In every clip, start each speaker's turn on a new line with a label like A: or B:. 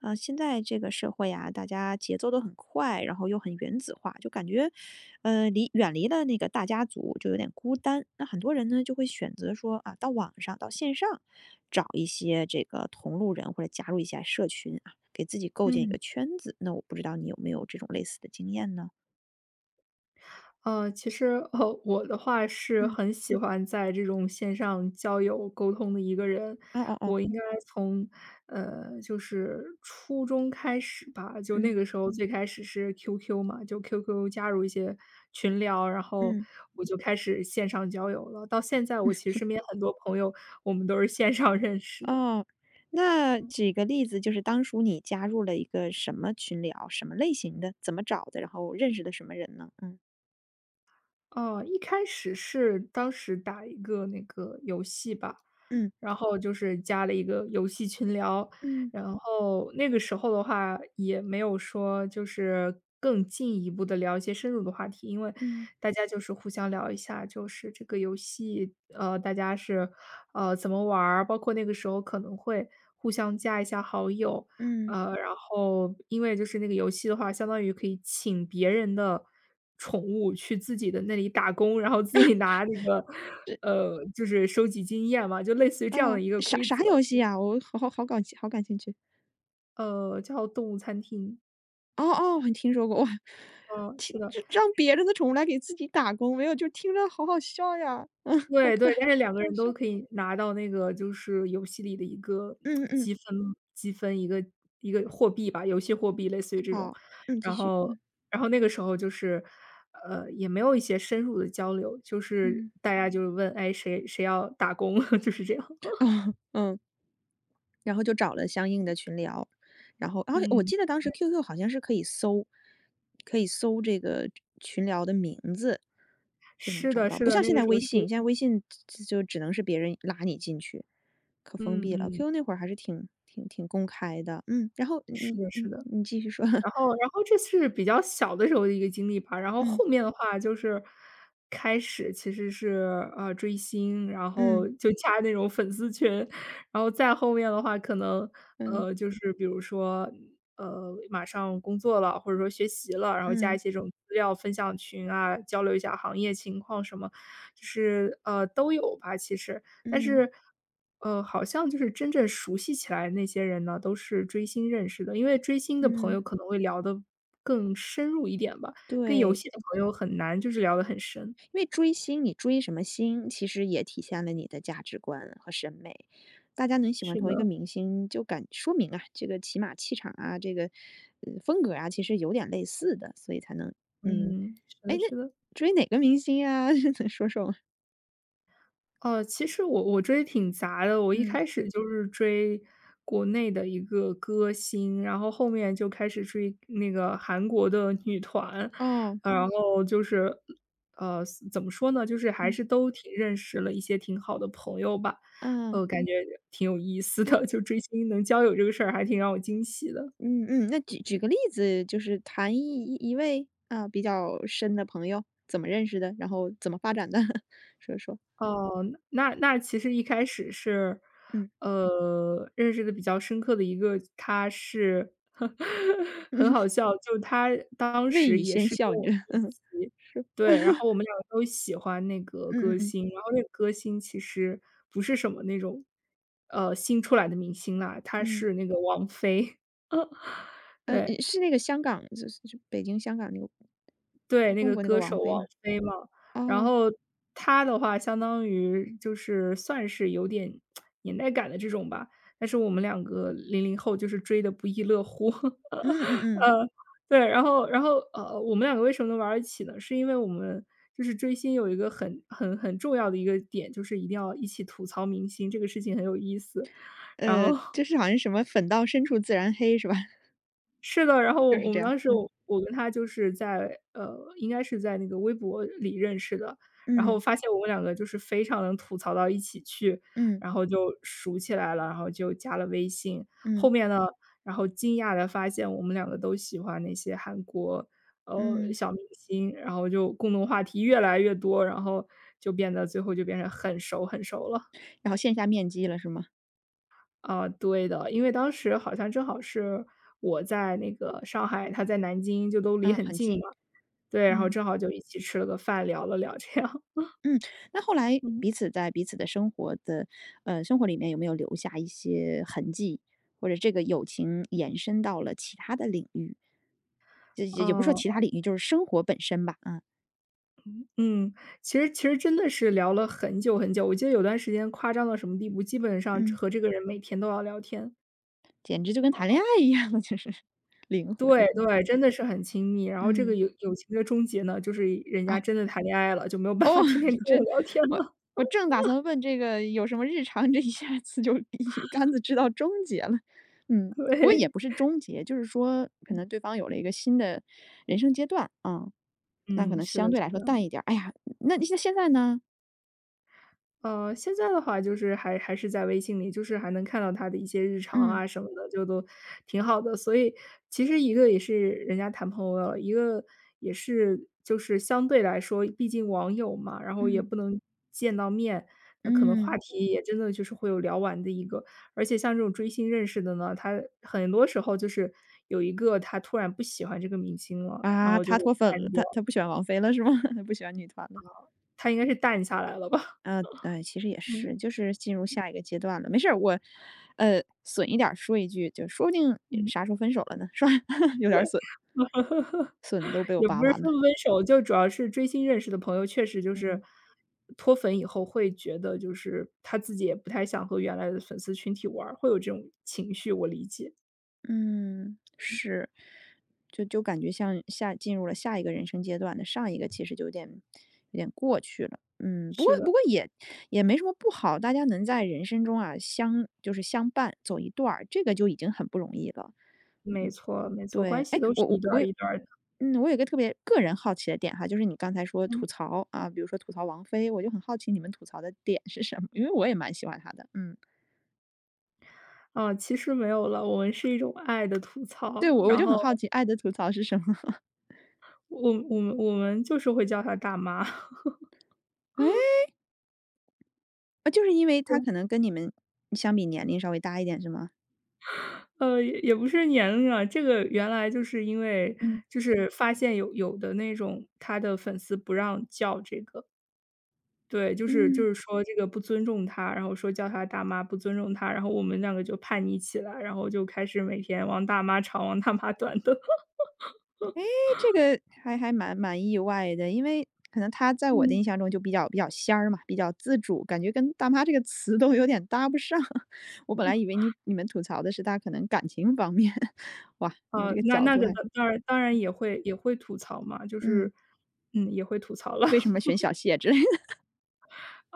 A: 啊，现在这个社会啊，大家节奏都很快，然后又很原子化，就感觉，远离了那个大家族就有点孤单。那很多人呢，就会选择说啊，到网上、到线上找一些这个同路人，或者加入一下社群啊，给自己构建一
B: 嗯，
A: 个圈子。那我不知道你有没有这种类似的经验呢？
B: 其实，我的话是
A: 嗯，
B: 很喜欢在这种线上交友沟通的一个人。
A: 哦哦哦，
B: 我应该从，就是初中开始吧，就那
A: 嗯
B: 个时候最开始是 QQ 嘛，就 QQ 加入一些群聊，然后
A: 嗯，
B: 我就开始线上交友了。到现在，我其实身边很多朋友，我们都是线上认识的。
A: 哦，那举个例子，就是当初你加入了一个什么群聊，什么类型的，怎么找的，然后认识的什么人呢？嗯
B: 哦，一开始是当时打一个那个游戏吧，
A: 嗯。
B: 然后就是加了一个游戏群聊，
A: 嗯
B: 然后那个时候的话也没有说就是更进一步的聊一些深入的话题，因为
A: 嗯
B: 大家就是互相聊一下，就是这个游戏，大家是，怎么玩儿，包括那个时候可能会互相加一下好友，
A: 嗯，
B: 然后因为就是那个游戏的话，相当于可以请别人的宠物去自己的那里打工，然后自己拿那个，
A: 这
B: 就是收集经验嘛，就类似于这样的
A: 啊
B: 一个
A: 啥
B: 规
A: 啥
B: 则，
A: 游戏呀？我好好好感好感兴趣。
B: 叫动物餐厅，
A: 哦哦，我听说过，哇，
B: 嗯，是的。
A: 就让别人的宠物来给自己打工，没有，就听着好好笑呀，嗯，好
B: 对
A: 可
B: 对，
A: 爱，
B: 但是两个
A: 好
B: 人都
A: 笑。
B: 可以拿到那个就是游戏里的一个
A: 嗯嗯，
B: 积分积分，一个货币吧，游戏货币类似于这种。
A: 好，嗯，继
B: 然
A: 续，
B: 后然后那个时候就是，也没有一些深入的交流，就是
A: 嗯，
B: 大家就是问，哎，谁谁要打工，就是这样。
A: 哦，嗯。然后就找了相应的群聊，然后而且我
B: 嗯，
A: 记得当时 QQ 好像是可以搜，这个群聊的名字，就能
B: 是
A: 找
B: 的
A: 到，
B: 是
A: 不
B: 的，
A: 像
B: 那
A: 现
B: 个
A: 在
B: 时候
A: 微
B: 是
A: 信，现在微信就只能是别人拉你进去，可封
B: 嗯
A: 闭了。
B: 嗯，
A: QQ 那会儿还是挺公开的，嗯，然后
B: 是
A: 嗯
B: 的是
A: 嗯，
B: 的。
A: 你继续说，
B: 然后这是比较小的时候的一个经历吧，然后
A: 嗯
B: 后面的话就是开始其实是，追星，然后
A: 嗯
B: 就加那种粉丝群，然后再后面的话可能，
A: 嗯
B: 就是比如说，马上工作了，或者说学习了，然后加一
A: 嗯
B: 些这种资料分享群啊，交流一下行业情况什么，就是，都有吧，其实。但
A: 嗯
B: 是，好像就是真正熟悉起来的那些人呢，都是追星认识的，因为追星的朋友
A: 嗯，
B: 可能会聊得更深入一点吧，跟游
A: 对。
B: 戏的朋友很难就是聊得很深。
A: 因为追星，你追什么星，其实也体现了你的价值观和审美。大家能喜欢
B: 是
A: 同一个
B: 的，
A: 明星，就敢说明啊，这个起码气场啊，这个风格啊，其实有点类似的，所以才能嗯，
B: 嗯，是
A: 哎，
B: 的
A: 那
B: 是的。
A: 追哪个明星啊？能说说吗
B: 其实我追挺杂的，我一
A: 嗯，
B: 开始就是追国内的一个歌星，然后后面就开始追那个韩国的女团，
A: 哦，
B: 然后就是，呃，怎么说呢，就是还
A: 嗯
B: 是都挺认识了一些挺好的朋友吧，
A: 啊，
B: 感觉挺有意思的，就追星能交友这个事儿还挺让我惊喜的。
A: 嗯嗯，那举个例子，就是谈一位啊比较深的朋友，怎么认识的，然后怎么发展的，说说，
B: 哦，那其实一开始是，
A: 嗯
B: 认识的比较深刻的一个，他是
A: 嗯，
B: 很好 笑，就他当
A: 未
B: 时
A: 雨
B: 也
A: 先
B: 是跟
A: 笑，你这
B: 我一起，
A: 是。
B: 对，然后我们两个都喜欢那个
A: 嗯嗯
B: 歌
A: 嗯
B: 星，然后那个歌星其实不是什么那种，新出来的明星啦，他
A: 嗯，
B: 是那个王菲，对，
A: 是那个香港，就北京、香港那个，
B: 对，那
A: 中
B: 个
A: 国那个
B: 歌
A: 王
B: 手
A: 菲
B: 王
A: 吗？
B: 菲嘛。然
A: 哦，
B: 后她的话相当于就是算是有点年代感的这种吧，但是我们两个零零后就是追的不亦乐乎。
A: 嗯嗯嗯，
B: 对，然后，我们两个为什么能玩儿一起呢？是因为我们就是追星有一个很重要的一个点，就是一定要一起吐槽明星，这个事情很有意思。然后
A: 就是好像什么"粉到深处自然黑"是吧？
B: 是的，然后
A: 就
B: 我
A: 是
B: 我
A: 这
B: 们
A: 样，
B: 当时
A: 嗯
B: 我跟他就是在应该是在那个微博里认识的，然后
A: 嗯
B: 发现我们两个就是非常能吐槽到一起去，
A: 嗯
B: 然后就熟起来了，然后就加了微信。后
A: 嗯
B: 面呢，然后惊讶的发现我们两个都喜欢那些韩国，
A: 嗯，
B: 小明星，然后就共同话题越来越多，然后就变得最后就变成很熟很熟了。
A: 然后线下面基了是吗？
B: 啊，对的，因为当时好像正好是我在那个上海，他在南京，就都离
A: 啊，
B: 很
A: 很
B: 近嘛。
A: 近，
B: 对，然后
A: 嗯
B: 正好就一起吃了个饭，聊了聊这样。
A: 嗯。那后来
B: 嗯。
A: 彼 此在彼此的生活里面有没有留下一些痕迹，或者这个友情延伸到了其他的领域？就也不是说
B: 哦，
A: 其他领域，就是生活本身吧，啊。
B: 嗯，其实真的是聊了很久很久，我记得有段时间夸张到什么地步，基本上
A: 嗯，
B: 和这个人每天都要聊天。
A: 简直就跟谈恋爱一样，就是灵魂。
B: 对
A: 嗯，
B: 对，真的是很亲密。然后这个
A: 嗯
B: 友情的终结呢，就是人家
A: 啊，
B: 真的谈恋爱了，就没有办
A: 哦，
B: 法天天跟 我
A: 这
B: 聊天
A: 我
B: 了。
A: 我正打算问这个有什么日常，这一下子就 一竿子知道终结了。嗯，不过也
B: 对，
A: 不是终结，就是说可能对方有了一个新的人生阶段啊，那可
B: 嗯，
A: 能
B: 是的
A: 相对
B: 是
A: 来说
B: 的。
A: 淡一点儿。哎呀，那你现在呢？
B: 现在的话就是还是在微信里，就是还能看到他的一些日常
A: 嗯
B: 啊什么的，就都挺好的。所以其实一个也是人家谈朋友了，一个也是就是相对来说，毕竟网友嘛，然后也
A: 嗯
B: 不能见到面，那可能话
A: 嗯，
B: 题也真的就是会有聊完的一个。而且像这种追星认识的呢，他很多时候就是有一个他突然不喜欢这个明星了，然
A: 啊，
B: 后就
A: 他
B: 会
A: 脱粉
B: 淡
A: 了，
B: 掉，
A: 他不喜欢王菲了是吗？他不喜欢女团了。
B: 他应该是淡下来了吧？
A: 其实也
B: 嗯
A: 是，就是进入下一个阶段了。没事儿，损一点儿说一句，就说不定
B: 嗯。
A: 啥时候分手了呢，是吧？有点儿损，损都被我
B: 也
A: 拔
B: 不是
A: 完了。
B: 说分手，就主要是追星认识的朋友，确实就是
A: 嗯
B: 脱粉以后会觉得，就是他自己也不太想和原来的粉丝群体玩儿，会有这种情绪，我理解。
A: 嗯，是，就感觉像进入了下一个人生阶段的上一个，其实就有点过去了。嗯，不过
B: 是
A: 不
B: 的，
A: 过也没什么不好，大家能在人生中啊就是相伴走一段儿，这个就已经很不容易了。
B: 没
A: 嗯。
B: 错没错，关
A: 对，
B: 系
A: 哎，
B: 都是一段儿一段儿的。
A: 我有一个特别个人好奇的点哈，就是你刚才说
B: 嗯，
A: 吐槽啊，比如说吐槽王菲，我就很好奇你们吐槽的点是什么，因为我也蛮喜欢她的，嗯，
B: 啊，其实没有了，我们是一种爱的吐槽，
A: 对，我
B: 然
A: 就
B: 后
A: 很好奇爱的吐槽是什么？
B: 我们就是会叫她大妈。
A: 哎。啊，就是因为她可能跟你们相比年龄稍微大一点是吗？
B: 也不是年龄啊，这个原来就是因为
A: 嗯
B: 就是发现有的那种他的粉丝不让叫这个，对，就是就
A: 嗯。
B: 是说这个不尊重她，然后说叫她大妈，不尊重她，然后我们两个就叛逆起来，然后就开始每天往大妈长、往大妈短的。
A: 这个还蛮意外的，因为可能他在我的
B: 嗯。
A: 印象中就比较仙儿嘛，比较自主，感觉跟"大妈"这个词都有点搭不上。我本来以为你们吐槽的是他可能感情方面，哇，你们
B: 啊，
A: 这个
B: 那
A: 角
B: 那
A: 度
B: 个
A: 还
B: 当然也会吐槽嘛，就
A: 嗯，
B: 是也会吐槽了。
A: 为什么选 小谢之类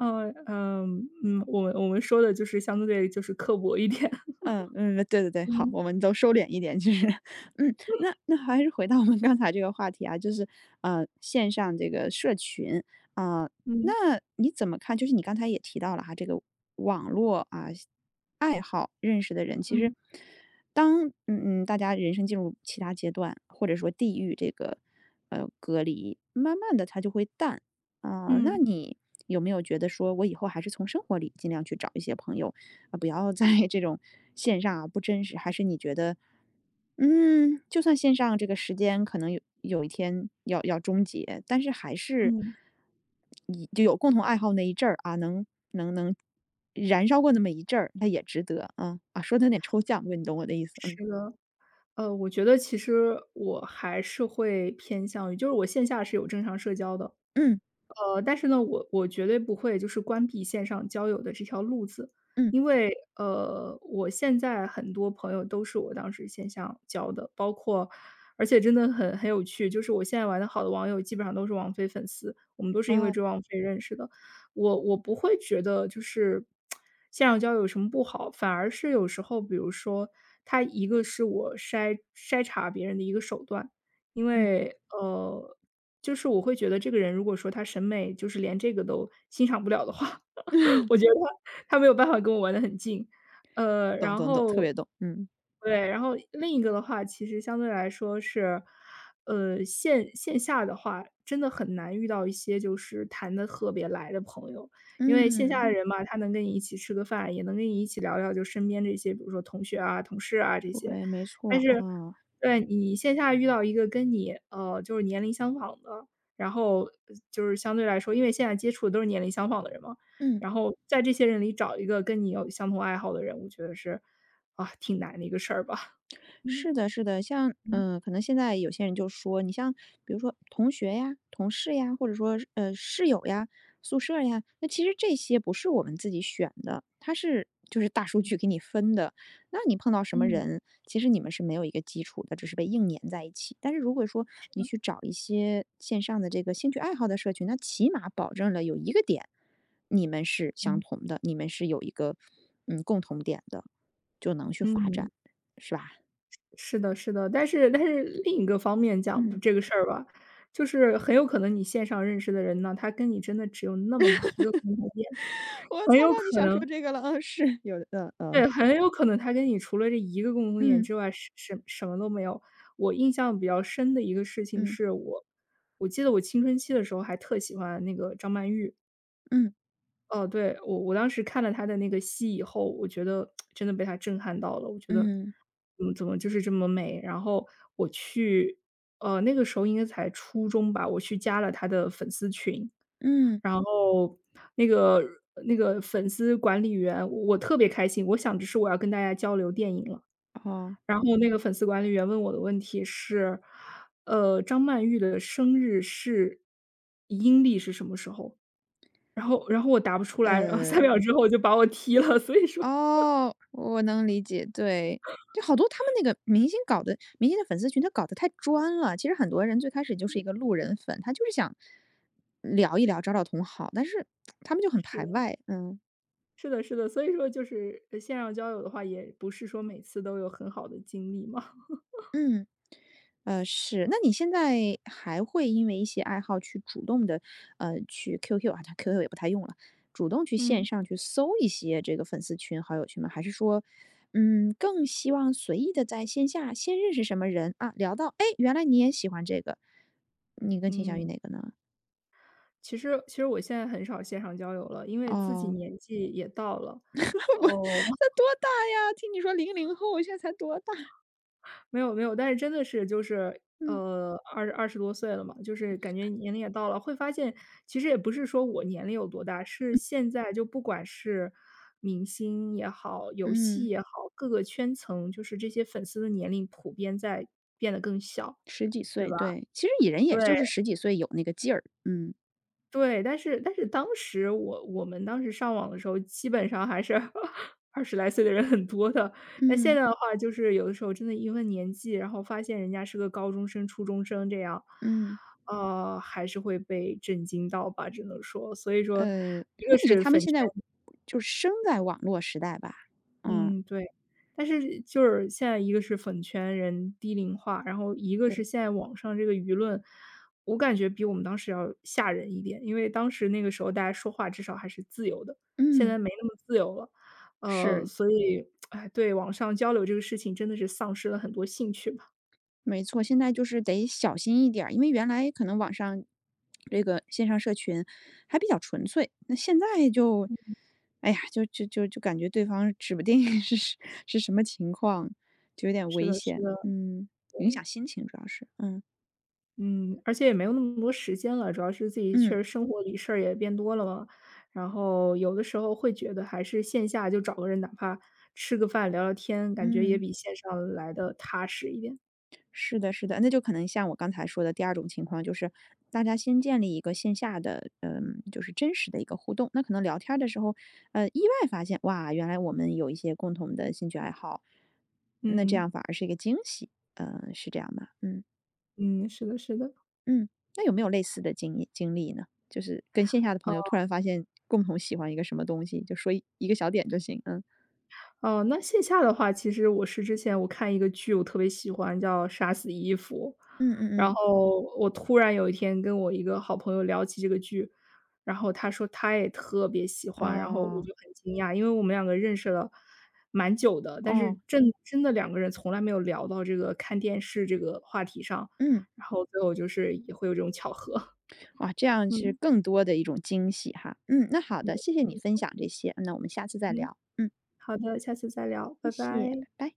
B: 嗯嗯，嗯，我们说的就是相对就是刻薄一点。
A: 嗯嗯，对对对，好，
B: 嗯，
A: 我们都收敛一点，就是，嗯，那还是回到我们刚才这个话题啊，就是，线上这个社群，啊、那
B: 嗯，
A: 你怎么看？就是你刚才也提到了哈，这个网络啊，爱好认识的人，其实
B: 嗯。
A: 当嗯嗯，大家人生进入其他阶段，或者说地域这个隔离，慢慢的它就会淡啊、那
B: 嗯，
A: 你有没有觉得说我以后还是从生活里尽量去找一些朋友？啊，不要在这种线上啊不真实，还是你觉得，嗯，就算线上这个时间可能有一天要终结，但是还是
B: 嗯，
A: 你就有共同爱好那一阵儿啊，能燃烧过那么一阵儿，那也值得啊啊，说的有点抽象，不过你懂我的意思，嗯
B: 是的。我觉得其实我还是会偏向于就是我线下是有正常社交的。
A: 嗯
B: 但是呢，我绝对不会就是关闭线上交友的这条路子，
A: 嗯，
B: 因为我现在很多朋友都是我当时线上交的，包括而且真的很有趣，就是我现在玩的好的网友基本上都是王菲粉丝，我们都是因为
A: 啊
B: 追王菲认识的。我不会觉得就是线上交友有什么不好，反而是有时候，比如说他一个是我筛查别人的一个手段，因
A: 嗯，
B: 为，呃，就是我会觉得这个人如果说他审美就是连这个都欣赏不了的话，我 觉得他没有办法跟我玩的很近。
A: 懂
B: 然
A: 懂懂，
B: 后
A: 特别懂，嗯
B: 对，然后另一个的话，其实相对来说是，线下的话，真的很难遇到一些就是谈的特别来的朋友。因为线下
A: 嗯，
B: 的人嘛，他能跟你一起吃个饭，也能跟你一起聊聊就身边这些，比如说同学啊、同事啊这些。
A: 对，没
B: 但
A: 错
B: 是
A: 啊，
B: 对，你线下遇到一个跟你，就是年龄相仿的，然后，就是相对来说因为现在接触的都是年龄相仿的人嘛。
A: 嗯。
B: 然后在这些人里找一个跟你有相同爱好的人，我觉得是，啊，挺难的一个事儿吧。嗯。
A: 是的，是的，像
B: 嗯
A: 可能现在有些人就说，你像比如说同学呀、同事呀，或者说室友呀、宿舍呀，那其实这些不是我们自己选的，它是就是大数据给你分的。那你碰到什么
B: 嗯
A: 人，其实你们是没有一个基础的，只是被硬粘在一起。但是如果说你去找一些线上的这个兴趣爱好的社群，那起码保证了有一个点，你们是相
B: 嗯。
A: 同的，你们是有一个共同点的，就能去发
B: 嗯
A: 展，是吧？
B: 是的是的。但是另一个方面讲
A: 嗯。
B: 这个事儿吧，就是很有可能你线上认识的人呢，他跟你真的只有那么一个共同点，
A: 我猜
B: 很有
A: 到你
B: 可
A: 想说
B: 能
A: 这个了，嗯，是有的，嗯
B: 对，很有可能他跟你除了这一个共同点
A: 嗯。
B: 之外，什么都没有。我印象比较深的一个事情
A: 嗯
B: 是我记得我青春期的时候还特喜欢那个张曼玉。
A: 嗯
B: 哦，对，我当时看了他的那个戏以后，我觉得 真的被他震撼到了。我觉得，
A: 嗯嗯
B: 嗯，怎么就是这么美？然后我去，那个时候应该才初中吧，我去加了他的粉丝群，
A: 嗯，
B: 然后那个那个粉丝管理员，我特别开心，我想着是我要跟大家交流电影了。
A: 哦
B: 然后那个粉丝管理员问我的问题是，张曼玉的生日是阴历是什么时候？然后我答不出来，然后
A: 呃，
B: 三秒之后我就把我踢了，所以说
A: 哦，我能理解，对。就好多他们那个明星搞的明星的粉丝群，他搞得太专了。其实很多人最开始就是一个路人粉，他就是想聊一聊，找找同好，但是他们就很
B: 是
A: 排
B: 的，
A: 外，嗯，
B: 是的，是的，所以说就是线上交友的话，也不是说每次都有很好的经历嘛。
A: 嗯。是。那你现在还会因为一些爱好去主动的，去 QQ 啊，它 QQ 也不太用了，主动去线
B: 嗯，
A: 上去搜一些这个粉丝群、好友群吗？还是说，嗯，更希望随意的在线下先认识什么人啊，聊到，哎，原来你也喜欢这个，你更倾向于
B: 嗯，
A: 哪个呢？
B: 其实我现在很少线上交友了，因为自己
A: 哦，
B: 年纪也到了，
A: 不不，
B: 哦。
A: 那多大呀？听你说零零后，现在才多大？
B: 没有没有，但是真的是就是，
A: 嗯，
B: 二十多岁了嘛，就是感觉年龄也到了，会发现其实也不是说我年龄有多大，是现在就不管是明星也好，游戏
A: 嗯
B: 也好，各个圈层，就是这些粉丝的年龄普遍在变得更小，
A: 十几
B: 对
A: 岁，
B: 吧？
A: 对，其实蚁人也
B: 对。
A: 就是十几岁有那个劲儿，嗯，
B: 对，但是当时我们当时上网的时候，基本上还是 二十来岁的人很多的。那现
A: 嗯，
B: 在的话，就是有的时候真的一问年纪，然后发现人家是个高中生、初中生这样，
A: 嗯。
B: 呃，还是会被震惊到吧，只能说。所以说，一
A: 可
B: 个
A: 能也是
B: 是
A: 他们
B: 粉
A: 现
B: 圈
A: 在就是生在网络时代吧。嗯，
B: 嗯，对。但是就是现在一个是粉圈人低龄化，然后一个是
A: 对，
B: 现在网上这个舆论，我感觉比我们当时要吓人一点，因为当时那个时候大家说话至少还是自由的，现
A: 嗯，
B: 在没那么自由了。呃，
A: 是，
B: 所以，哎，对网上交流这个事情真的是丧失了很多兴趣吧。
A: 没错，现在就是得小心一点儿，因为原来可能网上这个线上社群还比较纯粹，那现在就，哎呀，就感觉对方指不定 是是是什么情况，就有点
B: 是
A: 危
B: 的是
A: 险。
B: 的。
A: 嗯，影响心情主要是，嗯
B: 嗯，而且也没有那么多时间了，主要是自己确
A: 嗯
B: 实生活里事儿也变多了嘛，然后有的时候会觉得还是线下就找个人，哪怕吃个饭、聊聊天，感觉也
A: 嗯。
B: 比线上来的踏实一点。
A: 是的，是的，那就可能像我刚才说的第二种情况，就是大家先建立一个线下的，就是真实的一个互动。那可能聊天儿的时候，意外发现，哇，原来我们有一些共同的兴趣爱好，那这
B: 嗯，
A: 样反而是一个惊喜，嗯，是这样吗？嗯
B: 嗯，是的，是的。
A: 嗯，那有没有类似的经历呢？就是跟线下的朋友突然发现共同喜欢一个什么东西，就说一个小点就行，嗯
B: 哦，那线下的话，其实我是之前我看一个剧，我特别喜欢，叫《杀死伊芙》。
A: 嗯嗯
B: 然
A: 嗯，
B: 后我突然有一天跟我一个好朋友聊起这个剧，然后他说他也特别喜欢，然后我
A: 哦
B: 就很惊讶，因为我们两个认识了蛮久的，但是
A: 哦，
B: 真的两个人从来没有聊到这个看电视这个话题上，
A: 嗯。
B: 然后最后就是也会有这种巧合。
A: 哇，这样是
B: 嗯，
A: 更多的一种惊喜哈。嗯，那好的，谢谢
B: 没错
A: 你分
B: 没错，
A: 享这些，那我们下次再
B: 嗯，
A: 聊。嗯，
B: 好的，下次再聊，拜
A: 谢谢，
B: 拜。
A: 拜拜。